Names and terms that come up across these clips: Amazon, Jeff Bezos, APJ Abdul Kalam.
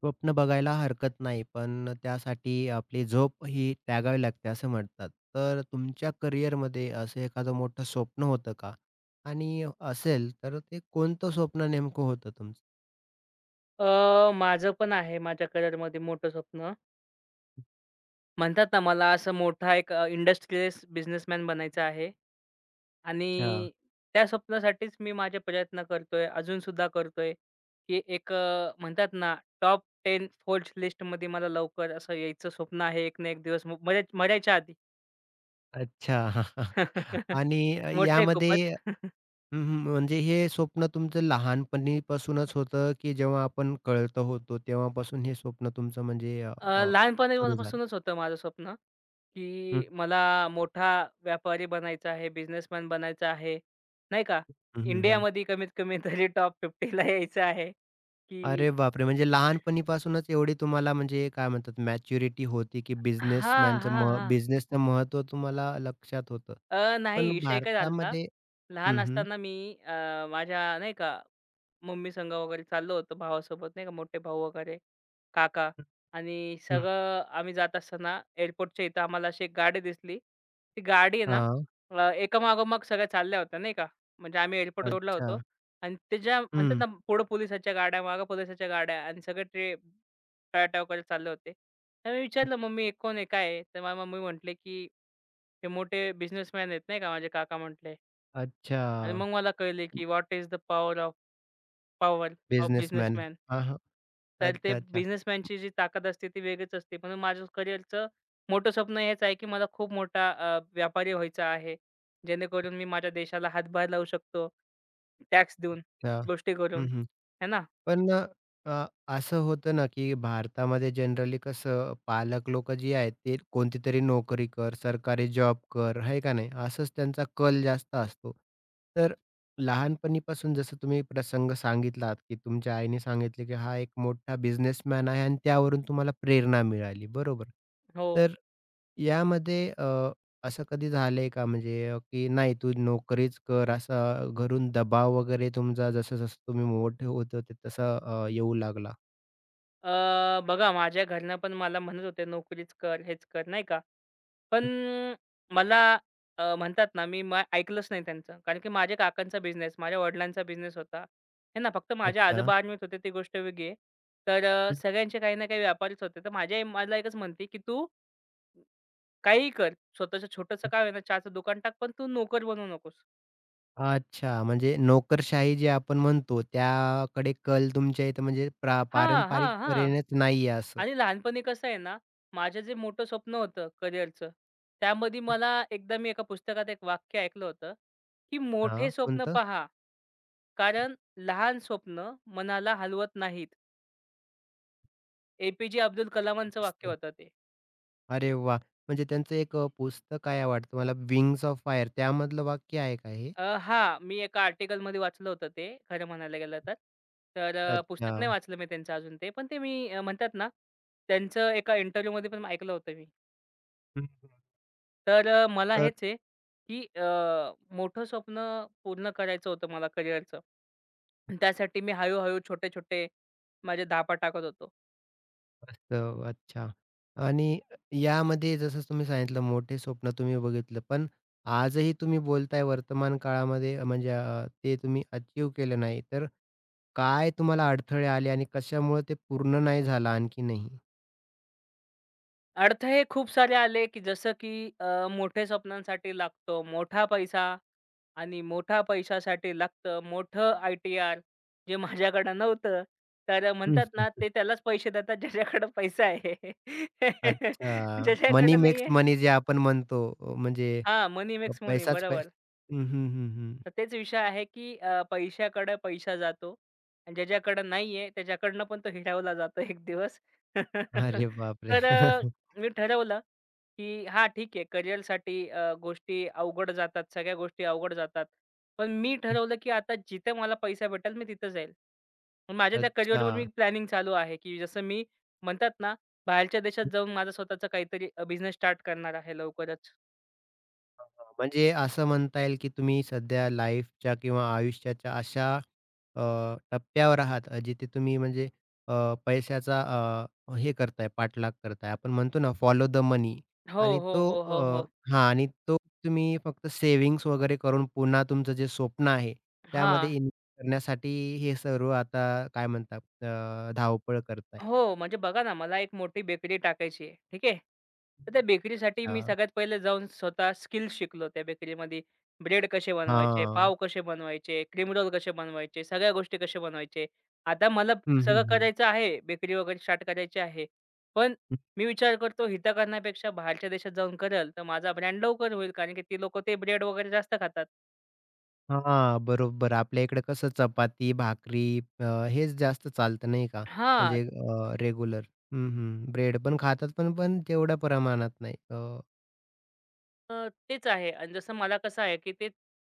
स्वप्न बघायला हरकत नाही, पण त्यासाठी आपली झोप ही त्यागावी लागते असं म्हणतात. तर तुमच्या करिअरमध्ये असं एखादं मोठं स्वप्न होतं का? आणि असेल तर ते कोणतं स्वप्न नेमकं होतं तुमचं? माझं पण आहे माझ्या करिअरमध्ये मोठं स्वप्न. म्हणतात ना मला असं मोठा एक इंडस्ट्रियलिस्ट बिझनेसमॅन बनायचं आहे अच्छा. आणि त्या स्वप्नासाठीच मी माझे प्रयत्न करतोय, अजूनसुद्धा करतोय, की एक म्हणतात ना टॉप 10 फोर्ब्स लिस्टमध्ये मला लवकर असं यायचं स्वप्न आहे एक ना एक दिवस म मराय मरायच्या आधी. अच्छा. आणि मोठं आहे यामध्ये खूपच. हं, हं. म्हणजे हे स्वप्न तुमचं लहानपणीपासूनच होतं, की जेव्हा आपण कळतं होतो तेव्हापासून हे स्वप्न तुमचं म्हणजे अ, अ, सुरू झालं? लहानपणापासूनच होतं माझं स्वप्न, हं, की मला मोठा व्यापारी बनायचा आहे, बिझनेसमॅन बनायचा आहे, नाही का. हं, हं, हं. इंडियामध्ये कमीत कमी तरी टॉप 50 यायचं आहे, की अरे बापरे! म्हणजे लहानपणीपासूनच एवढी तुम्हाला म्हणजे काय म्हणतात मॅच्युरिटी होती, की हां, बिझनेसमॅनचं हां, हां. बिझनेसचं महत्त्व तुम्हाला लक्षात होतं. नाही पण विषय काय झाला होता, भारतामध्ये हं, लहान हं. असताना मी अ, माझ्या नाही का मम्मी संग वगैरे चाललो होतो भावासोबत नाही का, मोठे भाऊ वगैरे. काका हं, आणि हं. सगळं आम्ही जात असताना एअरपोर्टच्या इथं आम्हाला अशी एक गाडी दिसली. ती गाडी आहे ना हां. एकामागोमाग सगळ्या चालल्या होत्या नाही का. म्हणजे आम्ही एअरपोर्ट रोडला अच्छा. होतो आणि त्याच्या म्हणतात हं. ना पुढं पोलिसाच्या गाड्या, मागं पोलिसाच्या गाड्या आणि सगळे ते टाळाटाळ करत चालले होते. तर मी विचारलं, "मम्मी हे कोण आहे? काय आहे?" तर माझी मम्मी म्हटले, की "हे मोठे बिझनेसमॅन आहेत नाही का माझे काका" म्हटले अच्छा. आणि मग मला कळले, की "what is the power of power businessman. Businessman." हां, हां. तर ते अच्छा, अच्छा, बिझनेसमॅनची जी ताकद असते ती वेगळीच असते. म्हणून माझं करिअरचं मोठं स्वप्न हेच आहे, की मला खूप मोठा व्यापारी व्हायचं आहे. जेणेकरून मी माझ्या देशाला हातभार लावू शकतो, टॅक्स देऊन, अच्छा. गोष्टी हं, करून. हं. है ना? पण अ, अ, असं होतं ना, की भारतामध्ये जनरली कसं पालक लोकं जी आहेत, ते कोणती तरी नोकरी कर, सरकारी जॉब कर, आहे का नाही? असंच त्यांचा कल जास्त असतो. तर लहानपणीपासून जसं तुम्ही प्रसंग सांगितलात, की तुमच्या आईने सांगितले, की हा एक मोठा बिझनेसमॅन आहे आणि त्यावरून तुम्हाला प्रेरणा मिळाली, बरोबर. हो. तर यामध्ये असं कधी झालंय का म्हणजे की नाही तू नोकरीच कर असा घरून दबाव वगैरे तुमचा जसं-जसं तुम्ही मोठे होत होते तसा येऊ लागला? बघा माझ्या घरनं पण मला म्हणत होते, "नोकरीच कर, हेच कर." नाही का? पण मला म्हणतात ना, मी मग ऐकलंच नाही त्यांचं. कारण की माझ्या काकांचा बिझनेस, माझ्या वडिलांचा बिझनेस होता. हे ना, फक्त माझ्या अच्छा. आजोबा आर्मीत होते ती गोष्ट वेगळी आहे. तर हं. सगळ्यांचे काही ना काही व्यापारीच होते. तर माझी आई मला एकच म्हणते, की "तू काहीही कर. स्वतःचं छोटंसं का होईना चहाचं दुकान टाक, पण तू नोकर बनू नकोस." अच्छा म्हणजे नोकरशाही जी आपण म्हणतो त्याकडे कल तुमच्या इथं म्हणजे हां, पारंपरिक हां, हां. परेनेच नाहीये असं. आणि लहानपणी कसं आहे ना, माझं जे मोठं स्वप्न होतं करिअरचं, त्यामध्ये हं. मला एकदा मी एका पुस्तकात एक वाक्य ऐकलं होतं, की "मोठे स्वप्न कोणतं? पहा." कारण लहान स्वप्न मनाला हलवत नाहीत. एपीजे अब्दुल कलामांचं वाक्य असतं. होतं ते. अरे वाह! म्हणजे त्यांचं एक पुस्तक आहे वाटतं मला विंग्स ऑफ फायर त्यामधलं वाक्य आहे का हे? हां, मी एका आर्टिकलमध्ये वाचलं होतं ते खरं म्हणायला गेलं तर. तर अच्छा. पुस्तक नाही वाचलं मी त्यांचं अजून ते. पण ते मी म्हणतात ना, त्यांचं एका इंटरव्ह्यूमध्ये पण ऐकलं होतं मी. हं. तर मला तर हेच आहे, की मोठं स्वप्न पूर्ण करायचं होतं मला करिअरचं. त्यासाठी मी हळू छोटे-छोटे माझे धापा टाकत होतो. असं, अच्छा. आणि यामध्ये जसं तुम्ही सांगितलं मोठे स्वप्न तुम्ही बघितलं. पण आजही तुम्ही बोलताय वर्तमान काळामध्ये म्हणजे ते तुम्ही अचीव्ह केलं नाही. तर काय तुम्हाला अडथळे आले आणि कशामुळे ते पूर्ण नाही झालं आणखीनही? अडथळे खूप सारे आले, की जसं की मोठ्या स्वप्नांसाठी लागतो मोठा पैसा आणि मोठ्या पैशासाठी लागतं मोठं आय-टी-आर जे माझ्याकडं नव्हतं. तर हं. म्हणतात ना, ते त्यालाच पैसे देतात ज्याच्याकडं पैसा आहे. अच्छा. मनी ज्याच्याकडं मेक्स नाहीये मनी जे आपण म्हणतो म्हणजे हां, मनी मेक्स मनी पैसाच पैसा बरोबर. हं, हं, हं, हं. तर तेच विषय आहे, की पैशाकडे पैसा जातो आणि ज्याच्याकडे नाहीये त्याच्याकडनं पण तो हिरावला जातो एक दिवस. अरे बापरे! तर मी ठरवलं, की हां, ठीक आहे करिअरसाठी गोष्टी अवघड जातात, सगळ्या गोष्टी अवघड जातात. पण मी ठरवलं, की आता जिथे मला पैसा भेटेल मी तिथं जाईल. मग माझ्या त्या अच्छा. करिअरवर मी प्लॅनिंग चालू आहे, की जसं मी म्हणतात ना, बाहेरच्या देशात जाऊन माझा स्वतःचा काहीतरी बिझनेस स्टार्ट करणार आहे लवकरच. हां, म्हणजे असं म्हणता येईल की तुम्ही सध्या लाईफच्या किंवा आयुष्याच्या अशा अ, टप्प्यावर आहात जिथे तुम्ही म्हणजे अ, पैशाचा हे करताय, पाठलाग करताय. आपण म्हणतो ना फॉलो द मनी हो, आणि हो, तो हो, हो, हो. हां आणि तो तुम्ही फक्त सेव्हिंग्ज वगैरे करून पुन्हा तुमचं जे स्वप्न आहे, त्यामध्ये हां. इन्व्हेस्ट करण्यासाठी हे सर्व आता काय म्हणतात धावपळ करताय. हो, म्हणजे बघा ना, मला एक मोठी बेकरी टाकायची आहे. ठीक आहे. तर त्या बेकरीसाठी अच्छा. मी सगळ्यात पहिले जाऊन स्वतः स्किल्स शिकलो त्या बेकरीमध्ये. ब्रेड कसे बनवायचे, हां. पाव कसे बनवायचे, क्रीम रोल कसे बनवायचे, सगळ्या गोष्टी कसे बनवायचे. आता मला हं, हं, सगळं हं. करायचं आहे, बेकरी वगैरे स्टार्ट करायची आहे. पण मी विचार करतो इथं करण्यापेक्षा बाहेरच्या देशात जाऊन करेल, तर माझा ब्रँड लवकर होईल कारण की ती लोकं ते ब्रेड वगैरे जास्त खातात. हां, बरोबर. आपल्या इकडे कसं चपाती, भाकरी अ, हेच जास्त चालतं नाही का? हां. म्हणजे रेग्युलर. हं, हं. ब्रेड पण खातात, पण पण तेवढ्या प्रमाणात नाही. तेच आहे आणि जसं मला कसं आहे, की ते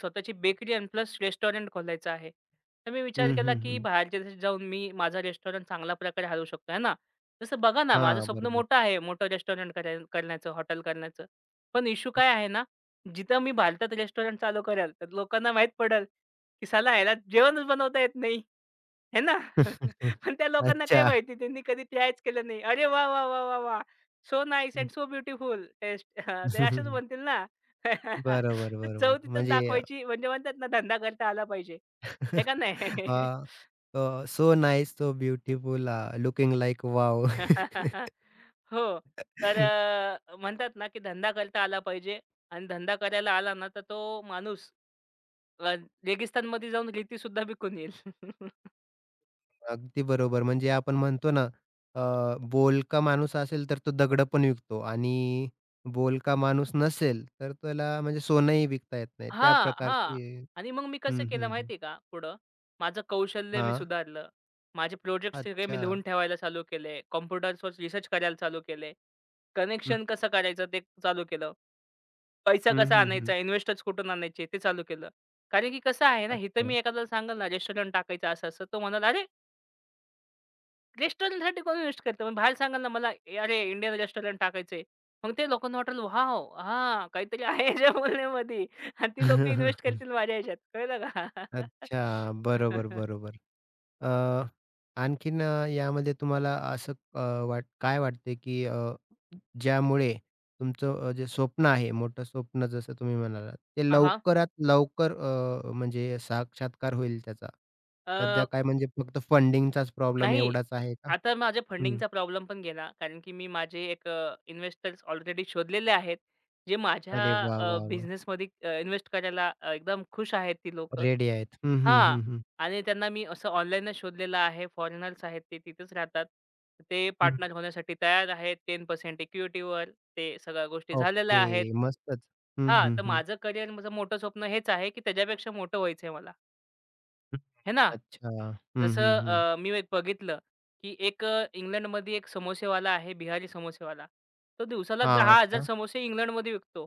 स्वतःची बेकरी आणि प्लस रेस्टॉरंट खोलायचं आहे. तर मी विचार हं, केला, हं, की हं. बाहेरच्या देशात जाऊन मी माझा रेस्टॉरंट चांगल्या प्रकारे हलवू शकतो, आहे ना. जसं बघा ना, माझं हां, स्वप्न बरोबर. मोठं आहे, मोठं रेस्टॉरंट करण्याचं, हॉटेल करण्याचं. पण इश्यू काय आहे ना, जिथं मी भारतात रेस्टॉरंट चालू करेल, तर लोकांना माहीत पडेल, की साला ह्याला जेवणच बनवता येत नाही. हे ना? पण त्या लोकांना काय अच्छा. माहिती त्यांनी कधी ट्रायच केलं नाही. "अरे वाह, वाह, वाह, वाह, वाह! So nice hmm. And so beautiful taste." ते असेच म्हणतील ना. बरोबर, चव बरोबर. तिथं म्हणजे दाखवायची म्हणजे म्हणतात ना धंदा करता आला पाहिजे. आहे का नाही? अ, अ, so nice, so beautiful looking like wow. हो. तर म्हणतात ना की धंदा करता आला पाहिजे आणि धंदा करायला आला ना, तर तो माणूस अ, रेगिस्तानमध्ये जाऊन रेती सुद्धा विकून येईल. अगदी बरोबर. म्हणजे आपण म्हणतो ना, बोलका माणूस असेल तर तो दगडं पण विकतो आणि बोलका माणूस नसेल तर त्याला म्हणजे सोनंही विकता येत नाही. त्या हां, हां. प्रकारची आणि मग मी कसं हं, केलं हं, हं. माहिती आहे का पुढं, माझं कौशल्य मी हां. सुधारलं. माझे प्रोजेक्ट्स सगळे अच्छा. मी लिहून ठेवायला चालू केले. कॉम्प्युटर्सवर रिसर्च करायला चालू केले. हं, कनेक्शन कसं करायचं ते चालू केलं. पैसा हं, कसा हं, हं. आणायचा, इन्व्हेस्टर्स कुठून आणायचे ते चालू केलं. कारण की कसं आहे ना, इथं अच्छा. मी एखाद्याला सांगेल ना, रेस्टॉरंट टाकायचं असं-असं, तो म्हणाला, रेस्टॉरंटसाठी कोण इन्व्हेस्ट करतं? मग बाहेर सांगाल ना मला, "ए, अरे इंडियन रेस्टॉरंट टाकायचंय." मग ते लोकांना वाटेल, "वॉव! हां, काहीतरी आहे याच्या बोलण्यामध्ये." आणि ती लोकं इन्व्हेस्ट करतील माझ्या ह्याच्यात. कळलं का? अच्छा. बरोबर, बरोबर. अ, आणखीन यामध्ये तुम्हाला असं वाट काय वाटते की ज्यामुळे तुमचं जे स्वप्न आहे, मोठं स्वप्न जसं तुम्ही म्हणालात, ते हां, हां. लवकरात लवकर म्हणजे साक्षात्कार होईल त्याचा. सध्या अ, काय म्हणजे फक्त फंडिंगचाच प्रॉब्लेम नाही. एवढाच आहे का? आता माझ्या हं. फंडिंगचा प्रॉब्लेम पण गेला. कारण की मी माझे एक इन्व्हेस्टर्स ऑलरेडी शोधलेले आहेत. जे अरे वाह! माझ्या वाह! वाह! बिझनेसमध्ये इन्व्हेस्ट करायला एकदम खुश आहेत ती लोकं. रेडी आहेत. हं, हं, हां. हं, हं. आणि त्यांना मी असं ऑनलाईनच शोधलेलं आहे. फॉरेनर्स आहेत ते तिथेच राहतात. ते हं. पार्टनर होण्यासाठी तयार आहेत. 10% इक्विटीवर ते सगळ्या गोष्टी झालेल्या ओके. आहेत. मस्तच. हं, हां, हं, तर हं. माझं करियर माझं मोठं स्वप्न हेच आहे, की त्याच्यापेक्षा मोठं व्हायचंय मला, हे ना? अच्छा. हं, जसं हं, हं. मी एक बघितलं, की एक इंग्लंडमध्ये एक समोसेवाला आहे, बिहारी समोसेवाला. तो दिवसाला हां. 10,000 अच्छा. समोसे इंग्लंडमध्ये विकतो.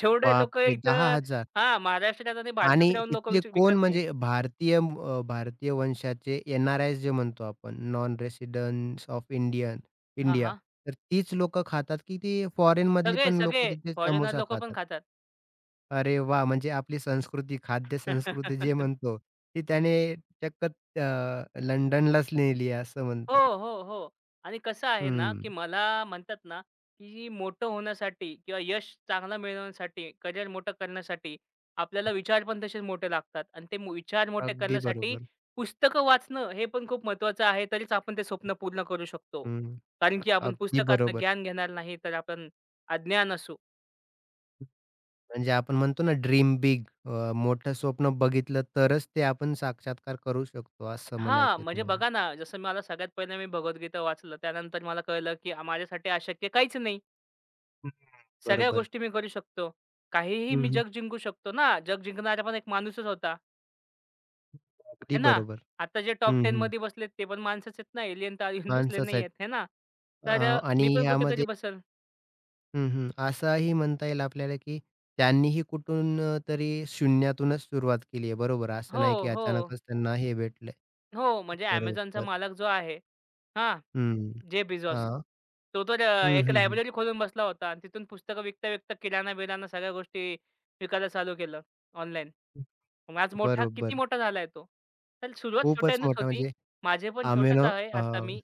जेवढे लोकं बापरे! इथं 10,000 हां, महाराष्ट्रात आणि भारतात आणि राहून लोकं तिथले विच कोण विकत नाही. म्हणजे भारतीय भारतीय वंशाचे एन-आर-आयस जे म्हणतो आपण, नॉन रेसिडेंट्स ऑफ इंडियन हां, इंडिया. हां. तर तीच लोकं खातात, की ती फॉरेनमधली सगळे, पण सगळे लोकं तिथे फॉरेनर समोसा लोकं पण खातात? खातात. अरे वा, म्हणजे आपली संस्कृती, खाद्य संस्कृती जे म्हणतो, ती त्याने चक्क लंडनलाच नेली असं हो, म्हणता येईल. हो, हो. आणि कसं आहे ना, हं. की मला म्हणतात ना, की मोठं होण्यासाठी किंवा यश चांगलं मिळवण्यासाठी, करियर मोठं करण्यासाठी आपल्याला विचार पण तसेच मोठे लागतात आणि ते मो विचार मोठे अगदी करण्यासाठी बरोबर. पुस्तकं वाचणं हे पण खूप महत्त्वाचं आहे. तरीच आपण ते स्वप्न पूर्ण करू शकतो. हं. कारण अ की आपण अगदी पुस्तकातनं बरोबर. ज्ञान घेणार नाही, तर आपण अज्ञान असू. म्हणजे आपण म्हणतो ना ड्रीम बिग मोठं स्वप्न बघितलं तरच ते आपण साक्षात्कार करू शकतो असं हां, म्हणायचंय म्हणजे तुम्हाला. बघा ना, जसं मला सगळ्यात पहिलं मी भगवद्गीता वाचलं. त्यानंतर मला कळलं, की माझ्यासाठी अशक्य काहीच नाही. हं, सगळ्या बरोबर. गोष्टी मी करू शकतो. काहीही हं, मी हं. जग जिंकू शकतो ना. जग जिंकणारा पण एक माणूसच होता, अगदी है ना. बरोबर. आता जे टॉप हं, 10 हं. मध्ये बसलेत ते पण माणसंच आहेत ना, एलियन तर अजून बसले माणसंच नाही आहेत. आहेत, है ना. अ, तर मी आणि पण कुठेतरी ह्यामध्ये बसेल. हं, हं. असंही म्हणता येईल आपल्याला, की त्यांनीही कुठून तरी शून्यातूनच सुरुवात केली आहे. बरोबर. हो, असं नाही की हो, अचानकच त्यांना हे भेटलंय. हो. म्हणजे Amazonचा बरोबर. मालक जो आहे हां, हं. Jeff Bezos. हां. तो तर हं, एक हं, हं. लायब्ररी खोलून बसला होता आणि तिथून पुस्तकं विकता-विकता किराणा-बिराणा सगळ्या गोष्टी विकायला चालू केलं ऑनलाईन. मग आज मोठा किती बरोबर. मोठा झालाय तो. तर सुरुवात खूपच छोट्यानंच मोठा होती. म्हणजे माझे पण छोटंच अमेनो आहे आता मी.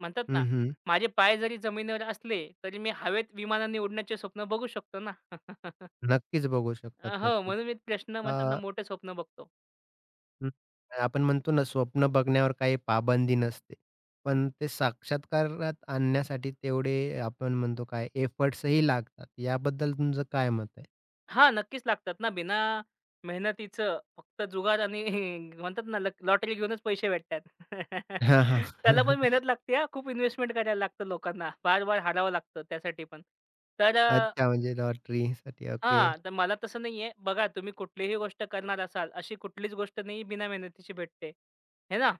म्हणतात हं, ना, हं. माझे पाय जरी जमिनीवर असले, तरी मी हवेत विमानाने उडण्याचे स्वप्न बघू शकतो ना. नक्कीच बघू शकतात, हो, नक्कीच. म्हणून मी अ, म्हणतात ना, मोठे स्वप्न बघतो. हं, आपण म्हणतो ना, स्वप्न बघण्यावर काही पाबंदी नसते. पण ते साक्षात्कारात आणण्यासाठी तेवढे आपण म्हणतो काय एफर्ट्सही लागतात. याबद्दल तुमचं काय मत आहे? हां, नक्कीच लागतात ना. बिना मेहनतीचं फक्त जुगार आणि म्हणतात ना लक लॉटरी घेऊनच पैसे भेटतात. हां, हां. त्याला पण मेहनत लागते हां. खूप इन्व्हेस्टमेंट करायला लागतं लोकांना. बार-बार हारावं लागतं त्यासाठी पण. तर अच्छा म्हणजे लॉटरीसाठी ओके. हां, तर मला तसं नाहीये. बघा तुम्ही कुठलीही गोष्ट करणार असाल, अशी कुठलीच गोष्ट नाही बिना मेहनतीची भेटते. हे ना?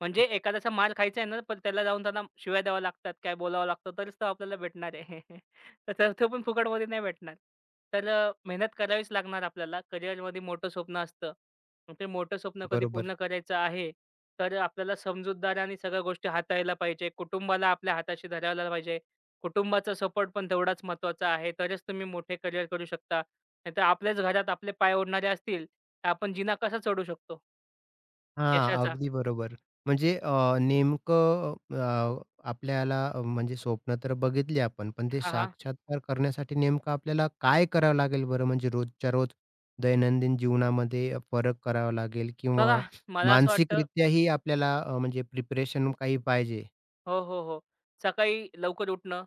म्हणजे एखाद्याचा मार खायचा आहे ना, पण त्याला जाऊन त्यांना शिव्या द्याव्या लागतात, काय बोलावं लागतं, तरच तो आपल्याला भेटणार आहे. तर तो पण फुकटमध्ये नाही भेटणार. तर मेहनत करावीच लागणार आपल्याला. करिअरमध्ये मोठं स्वप्न असतं. मग ते मोठं स्वप्न कधी बरोबर. पूर्ण करायचं आहे, तर आपल्याला समजूतदाराने सगळ्या गोष्टी हाताळायला पाहिजे. कुटुंबाला आपल्या हाताशी धरायला पाहिजे. कुटुंबाचा सपोर्ट पण तेवढाच महत्त्वाचा आहे. तरच तुम्ही मोठे करिअर करू शकता. नाहीतर आपल्याच घरात आपले पाय ओढणारे असतील, तर आपण जिना कसा चढू शकतो हां, यशाचा? अगदी बरोबर. म्हणजे नेमकं आपल्याला म्हणजे स्वप्न तर बघितली आपण, पण ते हां, हां. साक्षात्कार करण्यासाठी नेमकं आपल्याला काय करावं लागेल बरं? म्हणजे रोजच्या रोज दैनंदिन जीवनामध्ये फरक करावा लागेल किंवा बघा, मला असं वाटतं मानसिकरित्याही आपल्याला म्हणजे प्रिपरेशन काही पाहिजे? हो, हो, हो. सकाळी लवकर उठणं,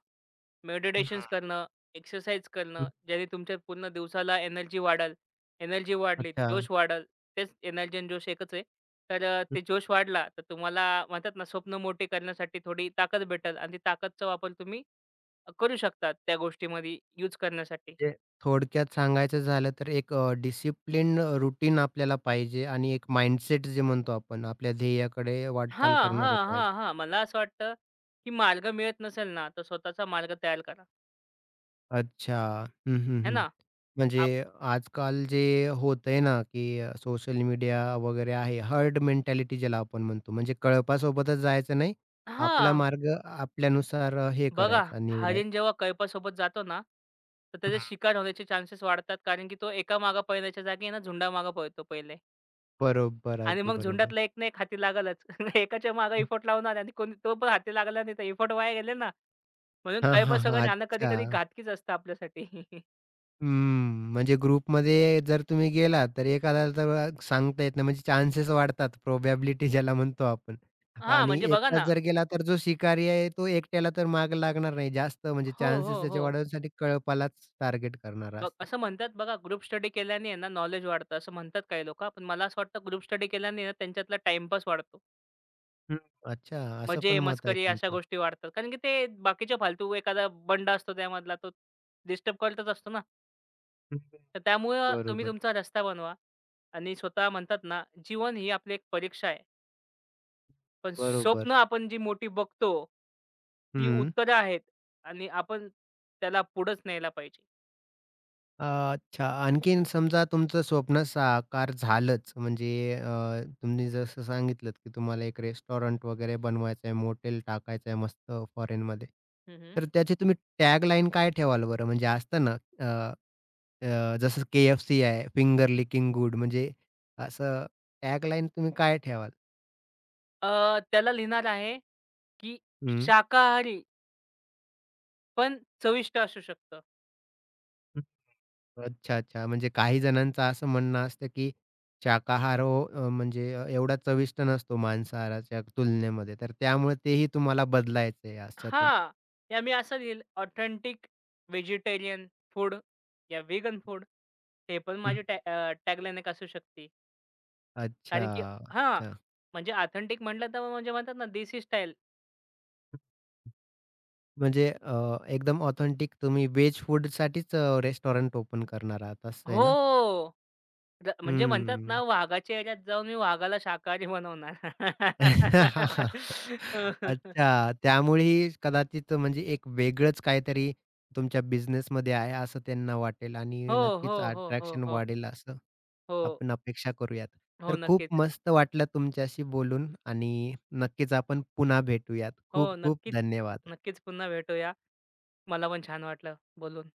हं, मेडिटेशन्स करणं, एक्सरसाइज करणं, हं, ज्याने तुमच्या पूर्ण दिवसाला एनर्जी वाढेल. एनर्जी वाढली, अच्छा. जोश वाढेल. तेच एनर्जी आणि जोश एकच आहे. तर ते जोश वाढला, तर तुम्हाला म्हणतात ना, स्वप्न मोठे करण्यासाठी थोडी ताकद भेटेल आणि ती ताकदचा वापर तुम्ही करू शकता त्या गोष्टीमध्ये यूज करण्यासाठी. म्हणजे थोडक्यात सांगायचं झालं तर एक डिसिप्लिन रूटीन आपल्याला पाहिजे आणि एक माइंडसेट जे म्हणतो आपण, आपल्या ध्येयाकडे हां, वाटचाल करणारं हां, पाहिजे. हां, हां. मला असं वाटतं, की मार्ग मिळत नसेल ना, तर स्वतःचा मार्ग तयार करा. अच्छा. हं, हं, आहे हं. ना? म्हणजे आप आजकाल जे होतंय ना, की सोशल मीडिया वगैरे आहे, हर्ड मेंटॅलिटी ज्याला आपण म्हणतो. म्हणजे कळपासोबतच जायचं नाही. आपला हां. मार्ग आपल्यानुसार हे बघा, करायचा, निवडायचा. हरीण जेव्हा कळपासोबत जातो ना, तर त्याचे हं. शिकार होण्याचे चान्सेस वाढतात. कारण की तो एका मागे पळण्याच्या जागी आहे ना, झुंडामागे पळतो पहिले बरोबर, आणि अगदी मग बरोबर. झुंडातला एक ना एक हाती लागलच. एकाच्या मागे हं. इफोर्ट लावणार आणि कोणी तो पण हाती लागला नाही तर इफोर्ट वाया गेले ना, म्हणून हां, कळपा हां, सगळं ज्ञान अच्छा. कधी-कधी घातकीच असतं आपल्यासाठी. हम्म. म्हणजे ग्रुपमध्ये जर तुम्ही गेला, तर एखाद्याला तर सांगता येत नाही. म्हणजे चान्सेस वाढतात. प्रोबॅबिलिटी ज्याला म्हणतो आपण. हां, आणि म्हणजे बघा एकटाच ना जर गेला, तर जो शिकारी आहे, तो एकट्याला तर मागे लागणार नाही. जास्त म्हणजे हो, चान्सेस हो, त्याचे हो. वाढवण्यासाठी कळपालाच टार्गेट करणारा बघ असतो. असं म्हणतात बघा, ग्रुप स्टडी केल्याने आहे ना, नॉलेज वाढतं असं म्हणतात काही लोकं. पण मला असं वाटतं ग्रुप स्टडी केल्याने आहे ना, त्यांच्यातला टाईमपास वाढतो. हं. अच्छा, असं मजे, पण मत आहे मस्करी अशा तुमचं. गोष्टी वाढतात. कारण की ते बाकीच्या फालतू एखादा बंड असतो त्यामधला तो डिस्टर्ब करतच असतो ना. हं, तर त्यामुळं तुम्ही बरोबर, तुमचा रस्ता बनवा आणि स्वतः म्हणतात ना, जीवन ही आपली एक परीक्षा आहे. पण स्वप्न बरोबर. आपण जी मोठी बघतो, ती हं. उत्तरं आहेत आणि आपण त्याला पुढंच न्यायला पाहिजे. अच्छा. आणखीन समजा तुमचं स्वप्न साकार झालंच म्हणजे तुम्ही जसं सांगितलंत, की तुम्हाला एक रेस्टॉरंट वगैरे बनवायचं आहे, मोटेल टाकायचं आहे मस्त फॉरेनमध्ये. हं, हं. तर त्याची तुम्ही टॅगलाईन काय ठेवाल बरं? म्हणजे असतं ना अ, अ, जसं KFC आहे फिंगर लिकिंग गुड म्हणजे असं टॅगलाईन तुम्ही काय ठेवाल? त्याला लिहिणार आहे, की हं. शाकाहारी पण चविष्ट असू शकतं. अच्छा, अच्छा. म्हणजे काही जणांचं असं म्हणणं असतं, की शाकाहार हो म्हणजे एवढा चविष्ट नसतो मांसाहाराच्या तुलनेमध्ये. तर त्यामुळे तेही तुम्हाला बदलायचं आहे अशातून. हां. या मी असं लिहिलं ऑथेंटिक व्हेजिटेरियन फूड या व्हेगन फूड. हे पण हं. माझी टॅगलाईन एक असू शकते. अच्छा, कारण की हां, अच्छा. म्हणजे ऑथेंटिक म्हटलं तर म्हणजे म्हणतात ना देसी स्टाईल. म्हणजे एकदम ऑथेंटिक तुम्ही व्हेज फूडसाठीच रेस्टॉरंट ओपन करणार आहात असं आहे ना? हो. म्हणजे म्हणतात ना हं. वाघाच्या याच्यात जाऊन मी वाघाला शाकाहारी बनवणार. अच्छा. त्यामुळेही कदाचित म्हणजे एक वेगळंच काहीतरी तुमच्या बिझनेसमध्ये आहे असं त्यांना वाटेल हो, आणि हो, नक्कीच हो, हो, अट्रॅक्शन हो, वाढेल असं हो, आपण अपेक्षा करूयात. हो. तर खूप नक्कीच. मस्त वाटलं तुमच्याशी बोलून आणि नक्कीच आपण पुन्हा भेटूयात. हो, खूप खूप नक्कीच. धन्यवाद. नक्कीच पुन्हा भेटूया. मला पण छान वाटलं बोलून.